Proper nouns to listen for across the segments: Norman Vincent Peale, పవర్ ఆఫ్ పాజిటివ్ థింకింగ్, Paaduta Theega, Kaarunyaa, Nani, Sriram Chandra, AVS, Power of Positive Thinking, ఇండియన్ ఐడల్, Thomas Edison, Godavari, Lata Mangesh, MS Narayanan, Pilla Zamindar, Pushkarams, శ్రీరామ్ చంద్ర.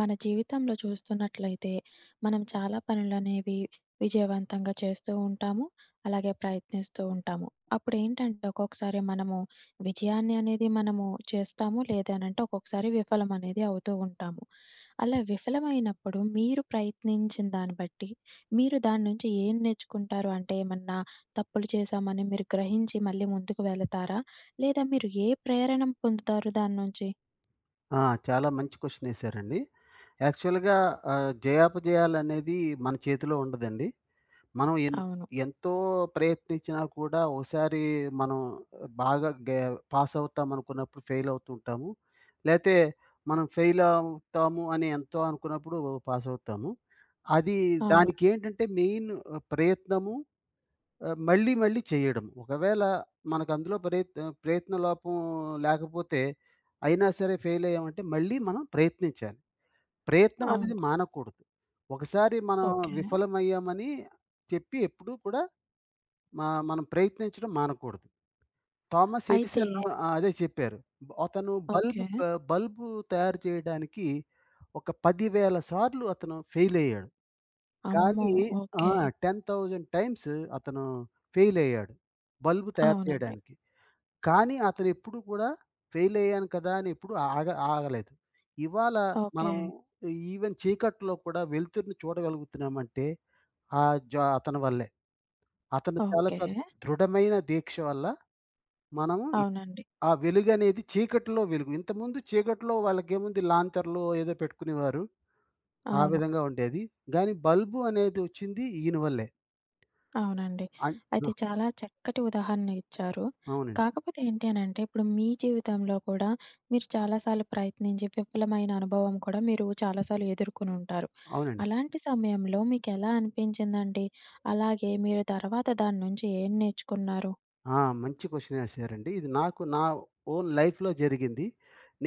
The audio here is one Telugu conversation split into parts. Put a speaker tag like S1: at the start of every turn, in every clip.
S1: మన జీవితంలో చూస్తున్నట్లయితే మనం చాలా పనులనేవి విజయవంతంగా చేస్తూ ఉంటాము. అలాగే ప్రయత్నిస్తూ ఉంటాము. అప్పుడేంటంటే ఒక్కొక్కసారి మనము విజయాన్ని అనేది మనము చేస్తాము. లేదనంటే ఒక్కొక్కసారి విఫలం అనేది అవుతూ ఉంటాము. అలా విఫలమైనప్పుడు మీరు ప్రయత్నించిన దాన్ని బట్టి మీరు దాని నుంచి ఏం నేర్చుకుంటారు? అంటే ఏమన్నా తప్పులు చేశామని మీరు గ్రహించి మళ్ళీ ముందుకు వెళతారా? లేదా మీరు ఏ ప్రేరణ పొందుతారు దాన్నుంచి?
S2: ఆ! చాలా మంచి క్వెషన్ ఏసారండి. యాక్చువల్‌గా జయాపజయాలనేది మన చేతిలో ఉండదండి. మనం ఎన్
S1: అవును.
S2: ఎంతో ప్రయత్నించినా కూడా ఓసారి మనం బాగా గే పాస్ అవుతాం అనుకున్నప్పుడు ఫెయిల్ అవుతూ ఉంటాము. లేతే మనం ఫెయిల్ అవుతాము అని ఎంతో అనుకున్నప్పుడు పాస్ అవుతాము. అది
S1: అవును.
S2: దానికేంటంటే మెయిన్ ప్రయత్నము మళ్ళీ మళ్ళీ చేయడం. ఒకవేళ మనకందులో ప్రయత్న లోపం లేకపోతే అయినా సరే ఫెయిలయ్యామంటే మళ్ళీ మనం ప్రయత్నించాలి. ప్రయత్నం
S1: అవును.
S2: అనేది మానకూడదు. ఒకసారి మనం
S1: ఓకే.
S2: విఫలమయ్యామని చెప్పి ఎప్పుడూ కూడా మనం ప్రయత్నించడం మానకూడదు. థామస్
S1: అయితే
S2: ఎడిసన్ అదే చెప్పారు. బ- అతను బల్బ్
S1: ఓకే.
S2: ప బల్బు తయారు చేయడానికి ఒక 10,000 సార్లు అతను ఫెయిలయ్యాడు.
S1: అమ్మో!
S2: కానీ ఆ!
S1: ఓకే.
S2: 10,000 టైమ్స్ అతను ఫెయిల్ అయ్యాడు. బల్బు తయారు
S1: అవునండి.
S2: చేయడానికి. కానీ అతనెప్పుడు కూడా ఫెయిల్ అయ్యాను కదా అని ఎప్పుడు ఆగ ఆగలేదు. ఇవాళ
S1: ఓకే.
S2: మనం ఈవెన్ చీకట్లో కూడా వెలుతురుని చూడగలుగుతున్నామంటే ఆ జ అతని వల్లే. అతని
S1: ఓకే.
S2: తాలూకా దృఢమైన దీక్ష వల్ల మనము ఇప్
S1: అవునండి.
S2: ఆ వెలుగనేది చీకటిలో వెలుగు. ఇంతకుముందు చీకటిలో వాళ్ళకేముంది, లాంతర్‌లో ఏదో పెట్టుకునేవారు. ఆ
S1: అవును.
S2: విధంగా ఉండేది. గానీ బల్బు అనేది వచ్చింది ఈయన వల్లే.
S1: అవునండి.
S2: అన్ ఆ!
S1: అయితే చాలా చక్కటి ఉదాహరణ ఇచ్చారు.
S2: అవునండి.
S1: కాకపోతే ఏంటి అనంటే, ఇప్పుడు మీ జీవితంలో కూడా మీరు చాలా సార్లు ప్రయత్నించి విఫలమైన అనుభవం కూడా మీరు చాలా సార్లు ఎదుర్కొని ఉంటారు.
S2: అవునండి.
S1: అలాంటి సమయంలో మీకెలా అనిపించిందండి? అలాగే మీరు తర్వాత దాని నుంచి ఏం నేర్చుకున్నారు?
S2: ఆ! మంచి క్వెషన్ ఏశారండి. ఇది నాకు నా ఓన్ లైఫ్‌లో జరిగింది.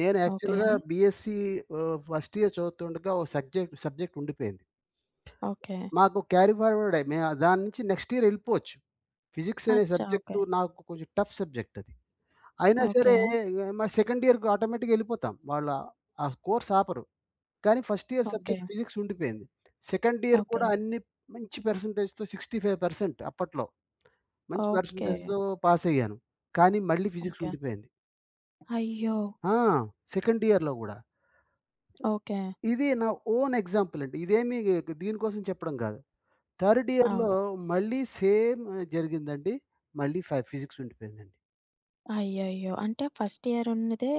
S2: నేను
S1: ఓకే.
S2: యాక్చువల్‌గా బీఎస్సీ ఫస్ట్ ఇయర్ చదువుతుండగా ఓ సబ్జెక్ట్ సబ్జెక్ట్ ఉండిపోయింది.
S1: ఓకే.
S2: మాకు క్యారీ ఫార్వర్డ్ మే దాని నుంచి నెక్స్ట్ ఇయర్ ఎళ్ళిపోవచ్చు. ఫిజిక్స్ అనే
S1: అచ్చా! ఓకే.
S2: సబ్జెక్టు నాకు కొంచెం టఫ్ సబ్జెక్ట్ అది. అయినా సరే
S1: ఓకే.
S2: ఏ, మా సెకండ్ ఇయర్‌కి ఆటోమేటిక్‌గా ఎళ్ళిపోతాం. ఆ కోర్స్ ఆపరు. కానీ first year
S1: okay.
S2: Subject physics ఉండిపోయింది. Second year
S1: okay.
S2: కూడా అన్ని మంచి పర్సెంటేజ్‌తో 65% అప్పట్లో. మంచి
S1: ఓకే.
S2: పర్సెంటేజ్‌తో పాసయ్యాను. కానీ మళ్ళీ ఫిజిక్స్
S1: ఓకే.
S2: ఉండిపోయింది.
S1: అయ్యో!
S2: ఆ! సెకండ్ ఇయర్‌లో గూడా.
S1: ఓకే.
S2: ఇది నా ఓన్ ఎగ్జాంపుల్ అండి. దీనికోసం చెప్పడం గాదు. థర్డ్ ఇయర్‌లో
S1: అవును.
S2: మళ్ళీ సేమ్ జరిగిందండి. మళ్ళీ ఫిజిక్స్ ఉండిపోయిందండి.
S1: అయ్యయ్యో! అంటే ఫస్ట్ ఇయర్ ఉన్నదే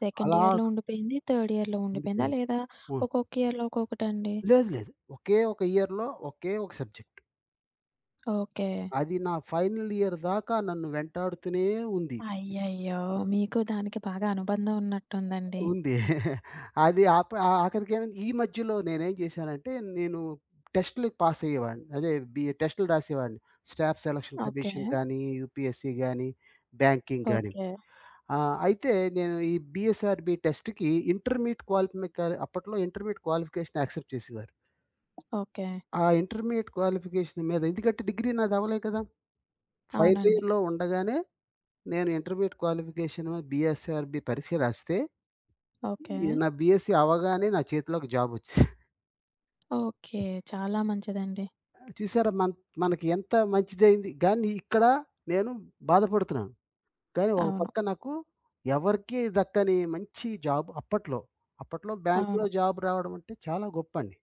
S1: సెకండ్
S2: అలా
S1: ఇయర్‌లో ఉండిపోయింది. థర్డ్ ఇయర్‌లో ఉండిపోయిందా?
S2: ఉండిపోయింది.
S1: లేదా
S2: హ్మ్.
S1: ఒక్కొక్క ఇయర్‌లో ఒక్కొక్కటండి?
S2: లేదు, లేదు. ఒకే ఒక ఇయర్‌లో ఒకే ఒక సబ్జెక్ట్.
S1: ఓకే.
S2: అది నా ఫైనల్ ఇయర్ దాకా నన్ను వెంటాడుతూనే ఉంది.
S1: అయ్యయ్యో! మీకు దానికి బాగా అనుబంధం ఉన్నట్టుందండి.
S2: ఉంది. అది ఆప్ ఆ ఆఖరికేమైంది ఈ మధ్యలో నేనేం జేశానంటే, నేను టెస్ట్‌లకి పాస్ అయ్యేవాడిని. అదే బి టెస్ట్‌లు రాసేవాడిని. Staff selection
S1: okay.
S2: కమిషన్ కానీ, యూపీఎస్‌సీ గానీ, బ్యాంకింగ్ గానీ.
S1: ఓకే.
S2: అయితే నేను ఈ బీఎస్ఆర్‌బీ టెస్ట్‌కి ఇంటర్మీడియేట్ క్వాలిఫిక అప్పట్లో ఇంటర్మీడియేట్ క్వాలిఫికేషన్ యాక్సెప్ట్ చేసేవారు.
S1: ఓకే.
S2: ఆ ఇంటర్మీడియేట్ క్వాలిఫికేషన్ మీద, ఎందుకంటే డిగ్రీ నాది అవ్వలే కదా! ఫైనల్
S1: అవునండి.
S2: ఇయర్‌లో ఉండగానే నేను ఇంటర్మీడియేట్ క్వాలిఫికేషన్ బీఎస్ఆర్‌బీ పరీక్ష రాస్తే,
S1: ఓకే.
S2: ఈ నా బీఎస్సీ అవ్వగానే నా చేతిలోకి జాబొచ్చేసింది.
S1: ఓకే. చాలా మంచిదండి.
S2: చూసారా మన్ మనకి ఎంత మంచిదయింది. గానీ ఇక్కడ నేను బాధపడుతున్నాను. కానీ ఒక
S1: అవును.
S2: పక్క నాకు ఎవరికీ దక్కని మంచి జాబ్ అప్పట్లో. అప్పట్లో బ్యాంక్‌లో
S1: అవును.
S2: జాబ్ రావడం అంటే చాలా గొప్పండి.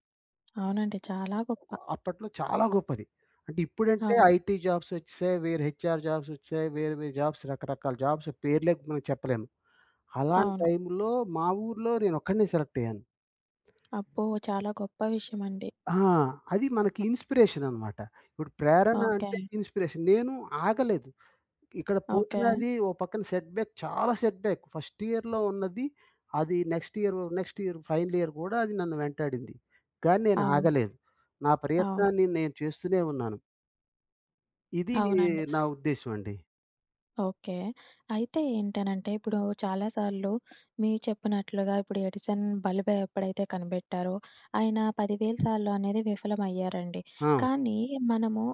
S1: అవునండి. చాలా గొప్ప.
S2: అప్పట్లో చాలా గొప్పది. అంటే ఇప్పుడంటే
S1: అవును.
S2: ఐటీ జాబ్స్ వచ్చేసాయి. వేరే హెచ్ఆర్ జాబ్స్ వచ్చేసాయి. వేరే వేరే జాబ్స్, రకరకాల జాబ్స్, పేర్లే మనం చెప్పలేము. అలాంటి
S1: అవును.
S2: టైంలో మా ఊర్లో నేనొక్కడినే సెలెక్ట్ అయ్యాను.
S1: అబ్బో! చాలా గొప్ప విషయమండి.
S2: ఆ! అది మనకి ఇన్‌స్పిరేషన్ అన్నమాట. ఇప్పుడు ప్రేరణ
S1: ఓకే.
S2: అంటే ఇన్‌స్పిరేషన్. నేను ఆగలేదు. ఇక్కడ
S1: ఓకే.
S2: పోతున్నది ఓ పక్కన సెట్ బ్యాక్, చాలా సెట్ బ్యాక్. ఫస్ట్ ఇయర్‌లో ఉన్నది, అది next year, next year, final year గూడా అది నన్ను వెంటాడింది. కానీ నేను
S1: అవును.
S2: ఆగలేదు. నా
S1: అవును.
S2: ప్రయత్నాన్ని నేను చేస్తూనే ఉన్నాను. ఇది
S1: అవునండి.
S2: నా ఉద్దేశ్యం అండి.
S1: ఓకే. అయితే ఏంటనంటే, ఇప్పుడు చాలా సార్లు మీరు చెప్పినట్లుగా ఇప్పుడు ఎడిసన్ బల్బ్ ఎప్పుడైతే కనిపెట్టారో, ఆయన 10,000 సార్లు అనేది విఫలమయ్యారండి.
S2: ఆ!
S1: కానీ మనము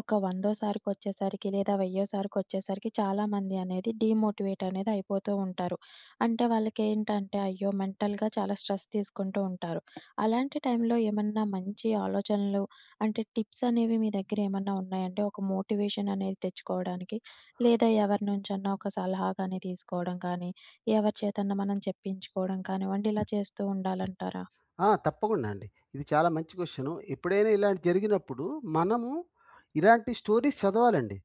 S1: ఒక వందో సారికొచ్చేసరికి లేదా వెయ్యో సారికొచ్చేసరికి చాలామంది అనేది డీమోటివేట్ అనేది అయిపోతూ ఉంటారు. అంటే వాళ్ళకేంటంటే, అయ్యో! మెంటల్‌గా చాలా స్ట్రెస్ తీసుకుంటూ ఉంటారు. అలాంటి టైంలో ఏమన్నా మంచి ఆలోచనలు అంటే టిప్స్ అనేవి మీ దగ్గర ఏమన్నా ఉన్నాయండి? ఒక మోటివేషన్ అనేది తెచ్చుకోవడానికి? లేదా ఎవరి నుంచన్నా ఒక సలహా గానీ తీసుకోవడం కానీ, ఎవరి చేతన్నా మనం చెప్పించుకోవడం కానివ్వండి, ఇలా చేస్తూ ఉండాలంటారా?
S2: ఆ! తప్పకుండా అండి. ఇది చాలా మంచి క్వెషన్. ఎప్పుడైనా ఇలాంటి జరిగినప్పుడు మనము ఇలాంటి స్టోరీస్ చదవాలండి.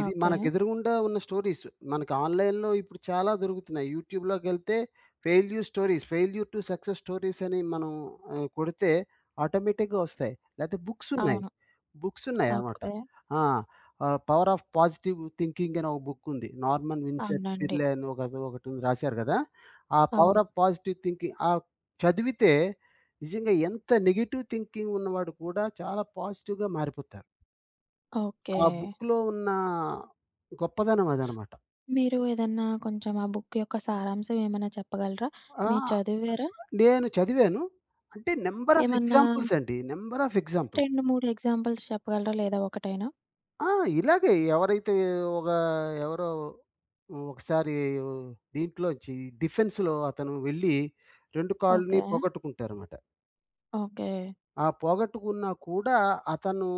S2: ఇది
S1: ఓకే.
S2: మనకెదురుగుండా ఉన్న స్టోరీస్. మనకు ఆన్‌లైన్‌లో ఇప్పుడు చాలా దొరుకుతున్నాయి. యూట్యూబ్‌లోకెళ్తే failure stories, failure to success stories అని మనం కొడితే ఆటోమేటిక్‌గా వస్తాయి. లేతే బుక్సున్నాయి.
S1: అవును.
S2: బుక్సున్నాయనమాట.
S1: ఓకే.
S2: ఆ! 'పవర్ ఆఫ్ పాజిటివ్ థింకింగ్' అని ఒక బుక్కుంది. నార్మన్ విన్సెంట్
S1: అవునండి.
S2: పిర్లే అని ఒకటుంది రాశారు గదా! ఆ 'పవర్
S1: అవును.
S2: ఆఫ్ పాజిటివ్ థింకింగ్' చదివితే నిజంగా ఎంత నెగెటివ్ థింకింగ్ ఉన్నవాడు కూడా చాలా పాజిటివ్‌గా మారిపోతాడు.
S1: ఓకే.
S2: ఆ బుక్‌లో ఉన్న గొప్పదనం అదనమాట.
S1: మీరు ఏదన్నా కొంచెం ఆ బుక్ యొక్క సారాంశం ఏమన్నా చెప్పగలరా? మీరు
S2: ఆ!
S1: చదివారా?
S2: నేను చదివాను. అంటే నంబర్ ఆఫ్
S1: ఏమన్నా
S2: ఎగ్జాంపుల్స్ అండి, నంబర్ ఆఫ్ ఎగ్జాంపుల్స్.
S1: 2, 3 ఎగ్జాంపుల్స్ చెప్పగలరా? లేదా ఒకటైనా?
S2: ఆ! ఇలాగే ఎవరైతే ఒక ఎవరో ఒకసారి దీంట్లోంచి డిఫెన్స్‌లో అతను వెళ్లి 2 కాళ్ళని
S1: ఓకే.
S2: పోగొట్టుకుంటారనమాట.
S1: ఓకే.
S2: ఆ పోగొట్టుకున్నా కూడా అతను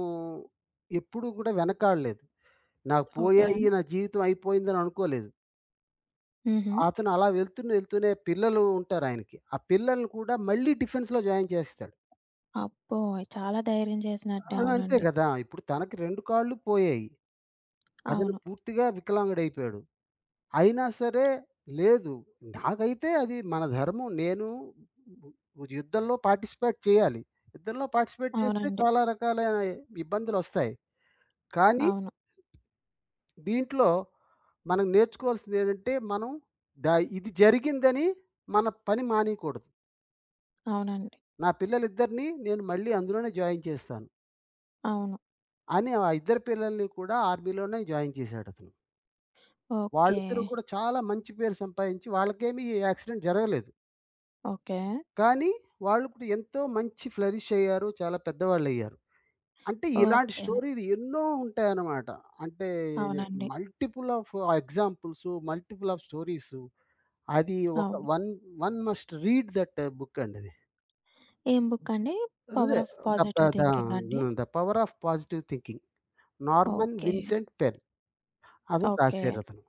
S2: ఎప్పుడూ కూడా వెనకాడలేదు. నాకు
S1: ఓకే.
S2: పోయాయి, నా జీవితం అయిపోయిందని అనుకోలేదు.
S1: హుహు.
S2: అతను అలా వెళ్తూనే, వెళ్తూనే, పిల్లలు ఉంటారాయనకి. ఆ పిల్లల్ని కూడా మళ్ళీ డిఫెన్స్‌లో జాయిన్ చేసేసాడు.
S1: అబ్బో! చాలా ధైర్యం చేసినట్టే.
S2: అంతే
S1: అవునండి.
S2: గదా! ఇప్పుడు తనకి 2 కాళ్ళు పోయాయి. అతను
S1: అవును.
S2: పూర్తిగా వికలాంగుడైపోయాడు. అయినా సరే లేదు. నాకైతే అది మన ధర్మం. నేను యుద్ధంలో పార్టిసిపేట్ చేయాలి. యుద్ధంలో పార్టిసిపేట్ చేస్తే
S1: అవునండి.
S2: చాలా రకాలైన ఇబ్బందులొస్తాయి. కానీ
S1: అవును.
S2: దీంట్లో మనం నేర్చుకోవాల్సిందేంటంటే మనం ద ఇది జరిగిందని మన పని మానేయకూడదు.
S1: అవునండి.
S2: నా పిల్లలిద్దరిని నేను మళ్ళీ అందులోనే జాయిన్ చేస్తాను
S1: అవును.
S2: అని ఆ ఇద్దరు పిల్లల్ని కూడా ఆర్మీలోనే జాయిన్ చేశాడతను.
S1: ఓకే.
S2: వాళ్ళిద్దరూ కూడా చాలా మంచి పేరు సంపాదించి, వాళ్ళకేమి ఈ యాక్సిడెంట్ జరగలేదు.
S1: ఓకే.
S2: కానీ వాళ్ళు కూడా ఎంతో మంచి ఫ్లరిష్ అయ్యారు. చాలా పెద్దవాళ్ళయ్యారు. అంటే ఇలాంటి
S1: ఓకే.
S2: స్టోరీలు ఎన్నో ఉంటాయన్నమాట. అంటే
S1: అవునండి.
S2: Multiple of examples, multiple of stories. అది ఒక
S1: అవును.
S2: One one must read that book అండి అది.
S1: ఏం బుక్ అండి?
S2: అదే
S1: 'power of
S2: the
S1: positive
S2: the
S1: thinking' అండి?
S2: The పవర్ ఆఫ్ పాజిటివ్ థింకింగ్. Norman
S1: okay.
S2: Vincent Pen. అది
S1: ఓకే.
S2: రాశారు అతను.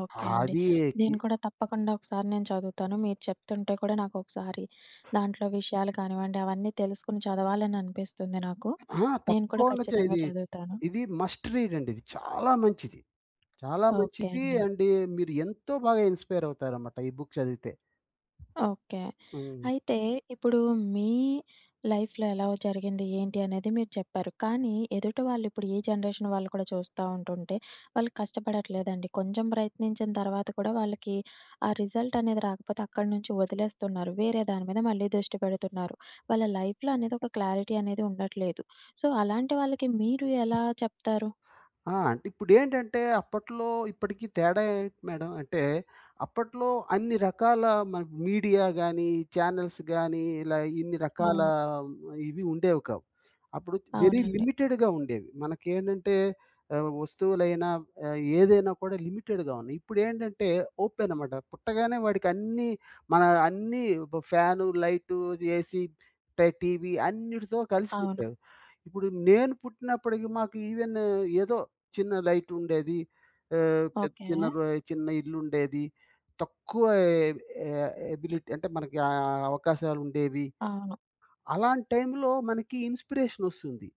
S1: ఓకే
S2: రాశారతను.
S1: అండి.
S2: అది కి
S1: నేను కూడా తప్పకుండా ఒకసారి నేను చదువుతాను. మీరు చెప్తుంటే కూడా నాకు ఒకసారి దాంట్లో విషయాలు కానివ్వండి, అవన్నీ తెలుసుకొని చదవాలని అనిపిస్తుంది నాకు. నేను కూడా
S2: తప్పకుండా
S1: ఖచ్చితంగా
S2: ఇది,
S1: చదువుతాను.
S2: ఇది మస్ట్ రీడ్ అండి. ఇది చాలా మంచిది. చాలా
S1: ఓకే
S2: మంచిది.
S1: అండి.
S2: అండ్ మీరు ఎంతో బాగా ఇన్‌స్పైర్ అవుతారన్నమాట ఈ బుక్ చదివితే.
S1: ఓకే.
S2: హ్మ్.
S1: అయితే ఇప్పుడు మీ లైఫ్‌లో ఎలా జరిగింది, ఏంటి అనేది మీరు చెప్పారు. కానీ ఎదుటి వాళ్ళు ఇప్పుడు ఈ జనరేషన్ వాళ్ళు కూడా చూస్తా ఉంటుంటే, వాళ్ళు కష్టపడట్లేదండి. కొంచెం ప్రయత్నించిన తర్వాత కూడా వాళ్ళకి ఆ రిజల్ట్ అనేది రాకపోతే అక్కడి నుంచి వదిలేస్తున్నారు. వేరే దాని మీద మళ్ళీ దృష్టి పెడుతున్నారు. వాళ్ళ లైఫ్‌లో అనేది ఒక క్లారిటీ అనేది ఉండట్లేదు. సో, అలాంటి వాళ్ళకి మీరు ఎలా చెప్తారు?
S2: అంటే ఇప్పుడేంటంటే అప్పట్లో, ఇప్పటికి తేడా ఏంటి మేడం అంటే, అప్పట్లో అన్ని రకాల మన మీడియా గానీ, ఛానెల్స్ గానీ, ఇలా ఇన్ని రకాల
S1: అవును.
S2: ఇవి ఉండేవి కావు. అప్పుడు వెరీ
S1: అవునండి.
S2: లిమిటెడ్‌గా ఉండేవి. మనకేంటంటే వస్తువులైనా ఏదైనా కూడా లిమిటెడ్‌గా ఉన్నాయి. ఇప్పుడేంటంటే ఓపెన్ అనమాట. పుట్టగానే వాడికి అన్నీ మన అన్నీ బ ఫ్యాను, లైటు, ఏసీ, టీవీ అన్నిటితో కలిసి
S1: అవును.
S2: పుట్టారు. ఇప్పుడు నేను పుట్టినప్పటికి మాకు ఈవెన్ ఏదో చిన్న లైట్ ఉండేది. ఆహ్, పె
S1: ఓకే.
S2: చిన్న రొ చిన్న ఇల్లుండేది. తక్కువ ఎ ఎ ఎబిలిటీ అంటే మనకి అవకాశాలుండేవి.
S1: అవును.
S2: అలాంటి టైంలో మనకి ఇన్‌స్పిరేషనొస్తుంది.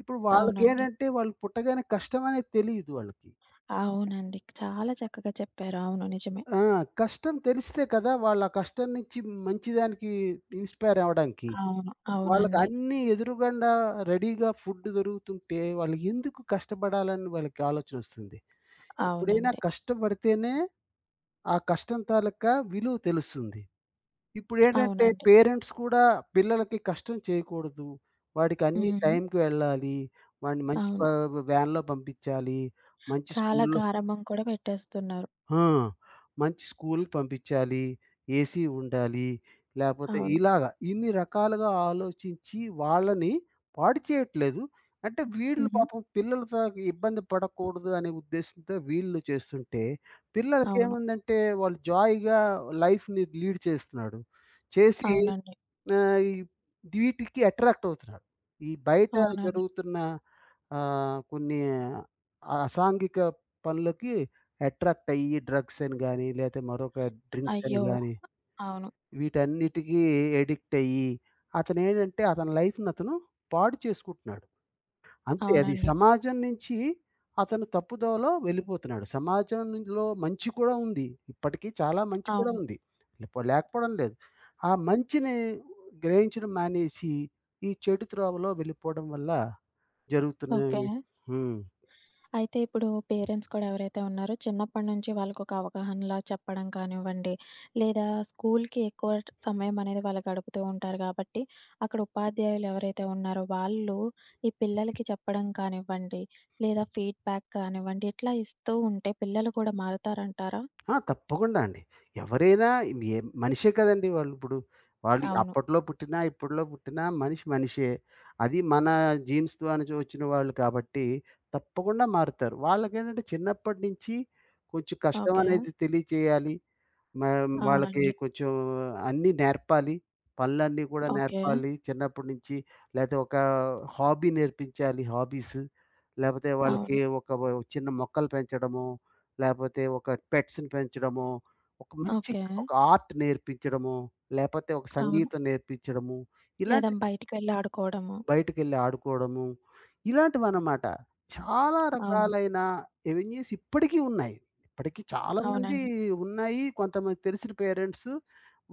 S2: ఇప్పుడు
S1: అవునండి.
S2: వాళ్ళకేంటంటే వాళ్ళు పుట్టగానే కష్టం అనేది తెలీదు వాళ్ళకి.
S1: అవునండి. చాలా చక్కగా చెప్పారు. అవును. నిజమే.
S2: ఆ! కష్టం తెలిస్తే కదా! వాళ్ళా కష్టం నుంచి మంచిదానికి ఇన్‌స్పైర్ అవ్వడానికి.
S1: అవును.
S2: వాళ్ళకి
S1: అవునండి.
S2: అన్నీ ఎదురుగుండా రెడీగా ఫుడ్ దొరుకుతుంటే వాళ్ళెందుకు కష్టపడాలని వాళ్ళకి ఆలోచనొస్తుంది. ఎప్పుడైనా
S1: అవునండి.
S2: కష్టపడితేనే ఆ కష్టం తాలూకా విలువ తెలుస్తుంది. ఇప్పుడేంటంటే
S1: అవునండి.
S2: పేరెంట్స్ కూడా పిల్లలకి కష్టం చేయకూడదు. వాడికి అన్నీ
S1: హ్మ్.
S2: టైంకి వెళ్ళాలి. వాడిని మంచి ప
S1: అవును.
S2: వ్యాన్‌లో పంపించాలి. మంచి
S1: చాలా
S2: స్కూల్‌లో
S1: గారాబం కూడా పెట్టేస్తున్నారు.
S2: ఆ! మంచి స్కూల్‌కి పంపించాలి. ఏసీ ఉండాలి. లేపోతే
S1: అవును.
S2: ఇలాగ ఇన్ని రకాలుగా ఆలోచించి వాళ్ళని పాడు చేయట్లేదు. అంటే వీళ్ళు
S1: హుహు.
S2: పాపం పిల్లలతో ఇబ్బంది పడకూడదు అనే ఉద్దేశ్యంతో వీళ్ళు చేస్తుంటే,
S1: అవును.
S2: పిల్లలకేముందంటే వాళ్ళు జాయ్‌గా లైఫ్‌ని లీడ్ చేస్తున్నాడు. చేసి
S1: అవునండి.
S2: ఆహ్, ఈ వీటికి అట్రాక్ట్ అవుతున్నాడు. ఈ బయట
S1: అవునండి.
S2: జరుగుతున్న కొన్ని అసాంఘిక పనులకి అట్రాక్ట్ అయ్యి డ్రగ్స్ అని గాని, లేతే మరొక డ్రింక్స్ అని
S1: అయ్యో!
S2: గాని,
S1: అవును.
S2: వీటన్నిటికి అడిక్ట్ అయ్యి అతనేంటంటే అతని లైఫ్‌ని అతను పాడు చేసుకుంటున్నాడు. అంతే అది
S1: అవునండి.
S2: సమాజం నుంచి అతను తప్పుదోవలో వెళ్ళిపోతున్నాడు. సమాజంలో మంచి కూడా ఉంది. ఇప్పటికీ చాలా మంచి కూడా
S1: అవును.
S2: ఉంది. లేకపోవడం లేదు. ఆ మంచిని గ్రహించడం మానేసి, ఈ చెడు త్రోవలో వెళ్ళిపోవడం వల్ల
S1: ఓకే.
S2: జరుగుతున్నాయి. హ్మ్.
S1: అయితే ఇప్పుడు పేరెంట్స్ కూడా ఎవరైతే ఉన్నారో చిన్నప్పటి నుంచి వాళ్ళకొక అవగాహనలా చెప్పడం కానివ్వండి, లేదా స్కూల్‌కి ఎక్కువ సమయం అనేది వాళ్ళు గడుపుతూ ఉంటారు కాబట్టి, అక్కడ ఉపాధ్యాయులు ఎవరైతే ఉన్నారో వాళ్ళు ఈ పిల్లలకి చెప్పడం కానివ్వండి, లేదా ఫీడ్‌బ్యాక్ కానివ్వండి, ఇట్లా ఇస్తూ ఉంటే పిల్లలు కూడా మారుతారంటారా?
S2: తప్పకుండా అండి. ఎవరైనా ఏ మనిషే కదండీ వాళ్ళిప్పుడు. వాళ్ళు
S1: అవును.
S2: అప్పట్లో పుట్టినా, ఇప్పట్లో పుట్టినా మనిషి మనిషే. అది మన జీన్స్ ద్వారా వచ్చిన వాళ్ళు కాబట్టి తప్పకుండా మారుతారు. వాళ్ళకేంటంటే చిన్నప్పటి నుంచి కొంచెం కష్టం
S1: ఓకే.
S2: అనేది తెలియచేయాలి. మనం వాళ్ళకి
S1: అవునండి.
S2: కొంచెం అన్నీ నేర్పాలి. పనులన్నీ కూడా
S1: ఓకే.
S2: నేర్పాలి చిన్నప్పటి నుంచి. లేతే ఒక హాబీ నేర్పించాలి, హాబీస్. లేపోతే వాళ్ళకి
S1: అవును.
S2: ఒక వ చిన్న మొక్కలు పెంచడమో, లేపోతే ఒక పెట్స్‌ని పెంచడమో, ఒక మంచి
S1: ఓకే.
S2: ఒక ఆర్ట్ నేర్పించడము, లేపోతే ఒక
S1: అవును.
S2: సంగీతం నేర్పించడము.
S1: లేదా
S2: ఇలాంటి
S1: బయటికెళ్ళి ఆడుకోవడము.
S2: బయటికెళ్ళి ఆడుకోవడము. ఇలాంటివనమాట. చాలా
S1: అవును.
S2: రకాలైన ఎవెన్యూస్ ఇప్పటికీ ఉన్నాయి. ఇప్పటికి చాలామంది
S1: అవునండి.
S2: ఉన్నాయి. కొంతమంది తెలిసిన పేరెంట్స్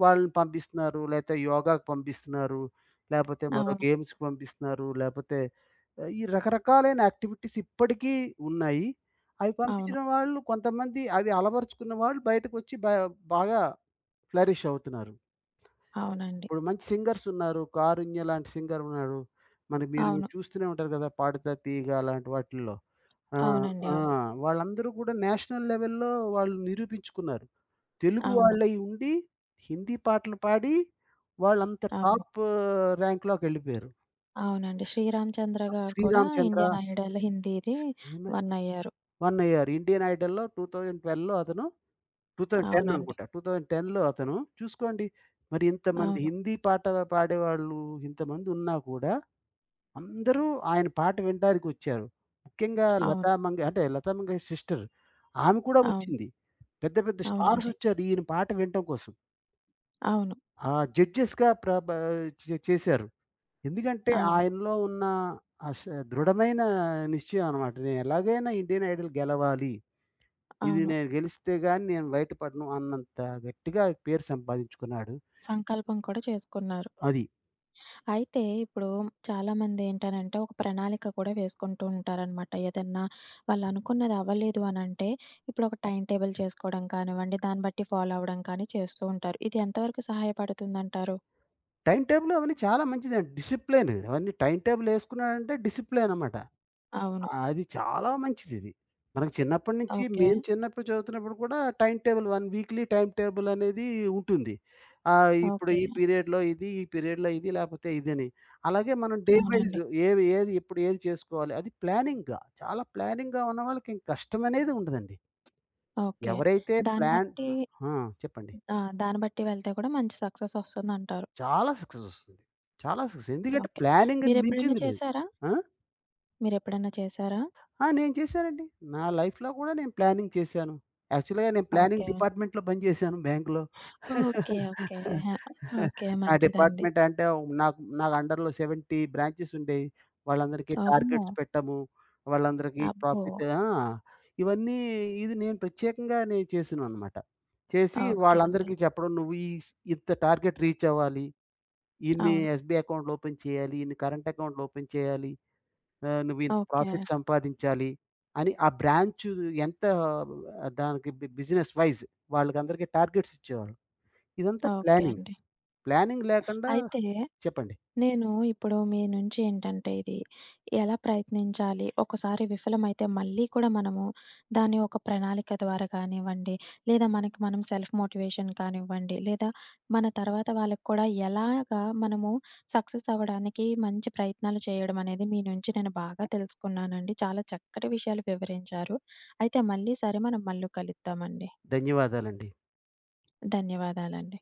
S2: వాళ్ళని పంపిస్తున్నారు. లేతే యోగాకు పంపిస్తున్నారు. లేపోతే మరో
S1: అవును.
S2: గేమ్స్‌కి పంపిస్తున్నారు. లేపోతే ఈ రకరకాలైన యాక్టివిటీస్ ఇప్పటికీ ఉన్నాయి. అవి
S1: అవును.
S2: పంపించిన వాళ్ళు కొంతమంది, అవి అలవరుచుకున్న వాళ్ళు బయటకొచ్చి బాగా ఫ్లరిష్ అవుతున్నారు.
S1: అవునండి.
S2: ఇప్పుడు మంచి సింగర్స్ ఉన్నారు. 'కారుణ్య' లాంటి సింగర్ ఉన్నాడు. మనకి మీరు
S1: అవును.
S2: చూస్తూనే ఉంటారు కదా! 'పాడుతా తీగ' లాంటి వాటిల్లో.
S1: అవునండి.
S2: అవును. ఆ!
S1: అవును.
S2: వాళ్ళందరూ కూడా నేషనల్ లెవెల్‌లో వాళ్ళు నిరూపించుకున్నారు. తెలుగు
S1: అవును.
S2: వాళ్ళై ఉండి, హిందీ పాటలు పాడి వాళ్ళంత
S1: అవును.
S2: టాప్ ర్యాంక్‌లోకెళ్ళిపోయారు.
S1: అవునండి. 'శ్రీరామ్ చంద్ర' గారు కూడా
S2: 'శ్రీరామ్ చంద్ర'
S1: 'ఇండియన్ ఐడల్' హిందీది విన్ అయ్యారు.
S2: వన్నయ్యారు. 'ఇండియన్ ఐడల్‌లో' 2012లో అతను 2010
S1: అవునండి.
S2: అనుకుంటా. 2010లో అతను. చూసుకోండి. మరి ఇంతమంది
S1: అవును.
S2: హిందీ పాట పాడేవాళ్ళు ఇంతమంది ఉన్నా కూడా అందరూ ఆయన పాట వినడానికి వచ్చారు. ముఖ్యంగా
S1: అవును.
S2: లతా మంగ్ అంటే లతా మంగేష్ సిస్టర్ ఆమె కూడా
S1: అవును.
S2: వచ్చింది. పెద్ద పెద్ద స్టార్స్
S1: అవునండి.
S2: వచ్చారు ఈయన పాట వినటం కోసం.
S1: అవును.
S2: ఆ జడ్జెస్‌గా ప్రభ చే చేశారు. ఎందుకంటే
S1: అవును.
S2: ఆయనలో ఉన్న ఆ స దృఢమైన నిశ్చయం అనమాట. నేను ఎలాగైనా ఇండియన్ ఐడల్ గెలవాలి. ఇది
S1: అవును.
S2: నేను గెలిస్తే గాని నేను బయటపడను అన్నంత గట్టిగా పేరు సంపాదించుకున్నాడు.
S1: సంకల్పం కూడా చేసుకున్నారు.
S2: అది.
S1: అయితే ఇప్పుడు చాలామంది ఏంటనంటే ఒక ప్రణాళిక కూడా వేసుకుంటూ ఉంటారనమాట. ఏదన్నా వాళ్ళు అనుకున్నది అవ్వలేదు అనంటే ఇప్పుడు ఒక టైమ్ టేబుల్ చేసుకోవడం కానివ్వండి, దాన్ని బట్టి ఫాలో అవ్వడం కానీ చేస్తూ ఉంటారు. ఇది ఎంతవరకు సహాయపడుతుందంటారు?
S2: టైమ్ టేబుల్ అవన్నీ చాలా మంచిదండి. డిసిప్లైన్, అవన్నీ టైమ్ టేబుల్ ఏసుకున్నాడంటే డిసిప్లైన్ అనమాట.
S1: అవును.
S2: అది చాలా మంచిదిది. మనకు చిన్నప్పటి నుంచి,
S1: ఓకే.
S2: మేము చిన్నప్పుడు చదువుతున్నప్పుడు కూడా time table, 1 weekly time table అనేది ఉంటుంది. ఇప్పుడు
S1: ఓకే.
S2: ఈ పీరియడ్‌లో ఇది, ఈ పీరియడ్‌లో ఇది, లేపోతే ఇదని. అలాగే మనం డే వైస్
S1: అవునండి.
S2: ఏవి ఏది ఎప్పుడు ఏది చేసుకోవాలి. అది ప్లానింగ్‌గా, చాలా ప్లానింగ్‌గా ఉన్నవాళ్ళకి ఇంక కష్టమనేది ఉండదండి.
S1: ఓకే.
S2: ఎవరైతే
S1: దాన్ని
S2: ప్లాన్
S1: బట్టి
S2: ఆ! చెప్పండి.
S1: ఆ! దాన్ని బట్టి వెళ్తే కూడా మంచి సక్సెస్ ఒస్తుందంటారు.
S2: చాలా సక్సెస్ ఒస్తుంది. చాలా సక్సెస్. ఎందుకంటే
S1: ఓకే.
S2: ప్లానింగ్‌ని
S1: మీరెప్పుడైనా
S2: మించింది లేదు.
S1: చేసారా?
S2: ఆ!
S1: మీరెప్పుడైనా చేసారా?
S2: ఆ! నేను చేశానండి. నా లైఫ్‌లో కూడా నేను ప్లానింగ్ చేశాను. యాక్చువల్‌గా నేను ప్లానింగ్
S1: ఓకే.
S2: డిపార్ట్‌మెంట్‌లో పనిచేశాను బ్యాంక్‌లో.
S1: ఓకే. ఓకే. హా! ఓకే.
S2: ఆ
S1: మంచిదండి.
S2: డిపార్ట్‌మెంట్ అంటే నాకు నాకు అండర్‌లో 70 బ్రాంచెస్ ఉండేయి. వాళ్ళందరికీ
S1: అమ్మో!
S2: టార్గెట్స్ పెట్టము. వాళ్ళందరికీ
S1: అబ్బో!
S2: ప్రాఫిట్ ఇవన్నీ ఇది నేను ప్రత్యేకంగా చేశాననమాట. చేసి
S1: ఓకే అండి.
S2: వాళ్ళందరికీ చెప్పడం, నువ్వు ఈ స్ ఇంత టార్గెట్ రీచ్ అవ్వాలి. ఇన్ని
S1: అవును.
S2: ఎస్‌బీఐ అకౌంట్‌లు ఓపెన్ చేయాలి. ఇన్ని కరెంట్ అకౌంట్‌లు ఓపెన్ చేయాలి. నువ్వింత
S1: ఓకే.
S2: ప్రాఫిట్ సంపాదించాలి అని ఆ బ్రాంచు ఎంత ఆ, దానికి బి బిజినెస్ వైస్ వాళ్ళకందరికీ టార్గెట్స్ ఇచ్చేవాళ్ళు. ఇదంతా
S1: ఓకే
S2: ప్లానింగ్.
S1: అండి.
S2: ప్లానింగ్ లేకుండా
S1: అయితే
S2: చెప్పండి.
S1: నేను ఇప్పుడు మీ నుంచి ఏంటంటే ఇది ఎలా ప్రయత్నించాలి? ఒకసారి విఫలమైతే మళ్ళీ కూడా మనము దాన్ని ఒక ప్రణాళిక ద్వారా కానివ్వండి, లేదా మనకి మనం సెల్ఫ్ మోటివేషన్ కానివ్వండి, లేదా మన తర్వాత వాళ్ళకి కూడా ఎలాగా మనము సక్సెస్ అవ్వడానికి మంచి ప్రయత్నాలు చేయడం అనేది మీ నుంచి నేను బాగా తెలుసుకున్నానండి. చాలా చక్కటి విషయాలు వివరించారు. అయితే మళ్ళీ సరే మనం మళ్ళీ కలుద్దామండి.
S2: ధన్యవాదాలండి.
S1: ధన్యవాదాలండి.